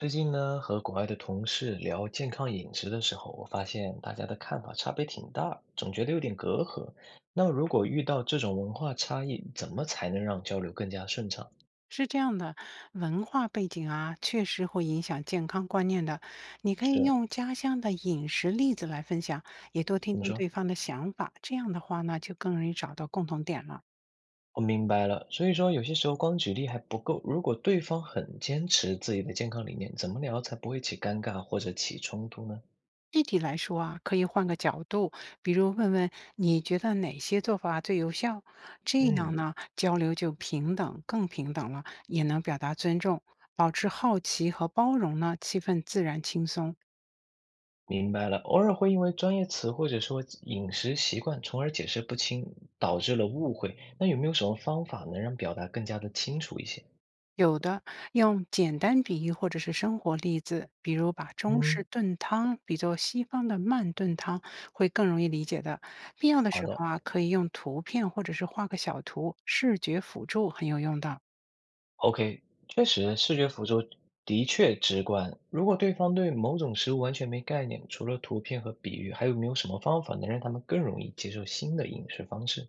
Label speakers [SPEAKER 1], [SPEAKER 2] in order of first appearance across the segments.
[SPEAKER 1] 最近呢，和国外的同事聊健康饮食的时候，我发现大家的看法差别挺大，总觉得有点隔阂。那如果遇到这种文化差异，怎么才能让交流更加顺畅？
[SPEAKER 2] 是这样的，文化背景啊，确实会影响健康观念的。你可以
[SPEAKER 1] 是，
[SPEAKER 2] 用家乡的饮食例子来分享，也多听
[SPEAKER 1] 怎么
[SPEAKER 2] 听
[SPEAKER 1] 说？
[SPEAKER 2] 对方的想法。这样的话呢，就更容易找到共同点了。
[SPEAKER 1] 我明白了。所以说，有些时候光举例还不够，如果对方很坚持自己的健康理念，怎么聊才不会起尴尬或者起冲突呢？
[SPEAKER 2] 具体来说啊，可以换个角度，比如问问你觉得哪些做法最有效，这样
[SPEAKER 1] 嗯。
[SPEAKER 2] 呢，交流就平等，更平等了，也能表达尊重，保持好奇和包容呢，气氛自然轻松。
[SPEAKER 1] 明白了，偶尔会因为专业词或者说饮食习惯，从而解释不清，导致了误会。那有没有什么方法能让表达更加的清楚一些？
[SPEAKER 2] 有的用简单比喻或者是生活例子，比如把中
[SPEAKER 1] 嗯，
[SPEAKER 2] 式炖汤比作西方的慢炖汤，会更容易理解的。必要的
[SPEAKER 1] 好
[SPEAKER 2] 时
[SPEAKER 1] 的
[SPEAKER 2] 候啊，可以用图片或者是画个小图，视觉辅助很有用的。
[SPEAKER 1] ，OK，确实，视觉辅助的确直观。如果对方对某种食物完全没概念，除了图片和比喻，还有没有什么方法能让他们更容易接受新的饮食方式？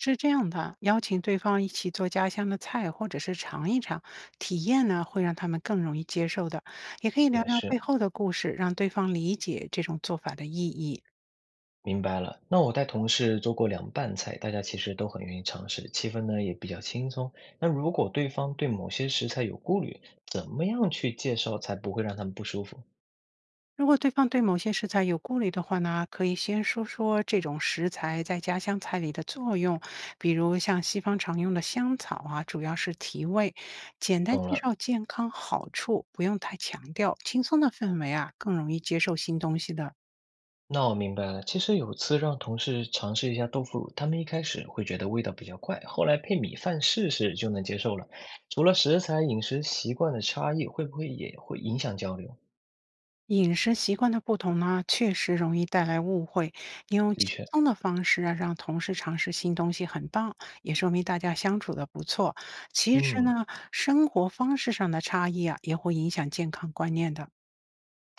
[SPEAKER 2] 是这样的，邀请对方一起做家乡的菜，或者是尝一尝，体验呢会让他们更容易接受的。也可以聊
[SPEAKER 1] 也
[SPEAKER 2] 聊
[SPEAKER 1] 是。
[SPEAKER 2] 背后的故事，让对方理解这种做法的意义。
[SPEAKER 1] 明白了，那我带同事做过凉拌菜，大家其实都很愿意尝试，气氛呢也比较轻松。那如果对方对某些食材有顾虑，怎么样去介绍才不会让他们不舒服？
[SPEAKER 2] 如果对方对某些食材有顾虑的话呢，可以先说说这种食材在家乡菜里的作用，比如像西方常用的香草啊，主要是提味。简单
[SPEAKER 1] 懂
[SPEAKER 2] 介
[SPEAKER 1] 了，
[SPEAKER 2] 绍健康好处，不用太强调，轻松的氛围啊，更容易接受新东西的。
[SPEAKER 1] 那我明白了。其实有次让同事尝试一下豆腐乳，他们一开始会觉得味道比较怪，后来配米饭试试就能接受了。除了食材饮食习惯的差异，会不会也会影响交流？
[SPEAKER 2] 饮食习惯的不同呢，确实容易带来误会。你用
[SPEAKER 1] 的
[SPEAKER 2] 轻
[SPEAKER 1] 确，
[SPEAKER 2] 松的方式啊，让同事尝试新东西，很棒，也说明大家相处的不错。其实
[SPEAKER 1] 嗯。
[SPEAKER 2] 呢，生活方式上的差异啊，也会影响健康观念的。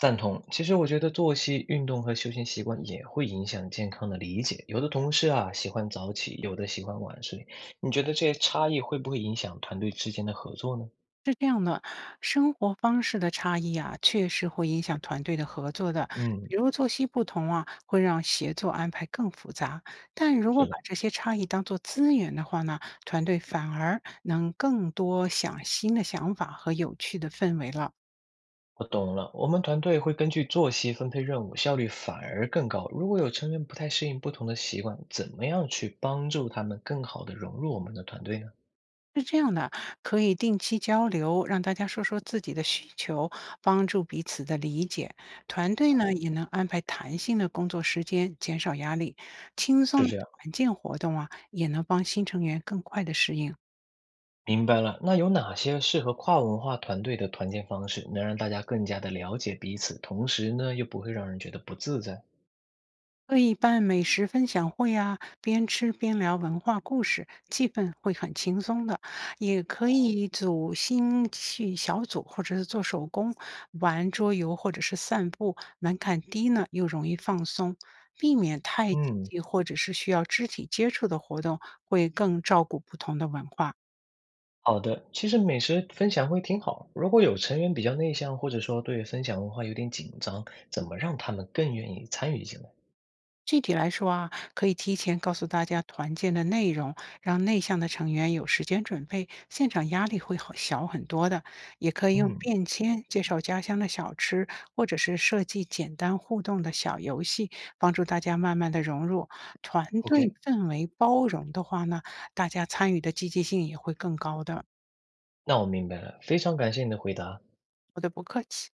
[SPEAKER 1] 赞同，其实我觉得作息、运动和休闲习惯也会影响健康的理解。有的同事啊喜欢早起，有的喜欢晚睡。你觉得这些差异会不会影响团队之间的合作呢？
[SPEAKER 2] 是这样的，生活方式的差异啊，确实会影响团队的合作的。
[SPEAKER 1] 嗯，
[SPEAKER 2] 比如作息不同啊，会让协作安排更复杂。但如果
[SPEAKER 1] 是
[SPEAKER 2] 把
[SPEAKER 1] 的，
[SPEAKER 2] 这些差异当做资源的话呢，团队反而能更多想新的想法和有趣的氛围了。
[SPEAKER 1] 我懂了。我们团队会根据作息分配任务，效率反而更高。如果有成员不太适应不同的习惯，怎么样去帮助他们更好的融入我们的团队呢？
[SPEAKER 2] 是这样的，可以定期交流，让大家说说自己的需求，帮助彼此的理解。团队呢也能安排弹性的工作时间，减少压力。轻松
[SPEAKER 1] 是
[SPEAKER 2] 的
[SPEAKER 1] 这样。
[SPEAKER 2] 团建活动啊，也能帮新成员更快的适应。
[SPEAKER 1] 明白了，那有哪些适合跨文化团队的团建方式，能让大家更加的了解彼此，同时呢，又不会让人觉得不自在？
[SPEAKER 2] 可以办美食分享会啊，边吃边聊文化故事，气氛会很轻松的。也可以组兴趣小组，或者是做手工、玩桌游，或者是散步，门槛低呢，又容易放松，避免太紧
[SPEAKER 1] 嗯，
[SPEAKER 2] 急或者是需要肢体接触的活动，会更照顾不同的文化。
[SPEAKER 1] 好的。其实美食分享会挺好，如果有成员比较内向，或者说对分享文化有点紧张，怎么让他们更愿意参与进来？
[SPEAKER 2] 具体来说啊，可以提前告诉大家团建的内容，让内向的成员有时间准备，现场压力会好小很多的。也可以用
[SPEAKER 1] 嗯
[SPEAKER 2] 便签介绍家乡的小吃，或者是设计简单互动的小游戏，帮助大家慢慢的融入团队
[SPEAKER 1] ，OK，
[SPEAKER 2] 氛围。包容的话呢，大家参与的积极性也会更高的。
[SPEAKER 1] 那我明白了，非常感谢你的回答。
[SPEAKER 2] 我的不客气。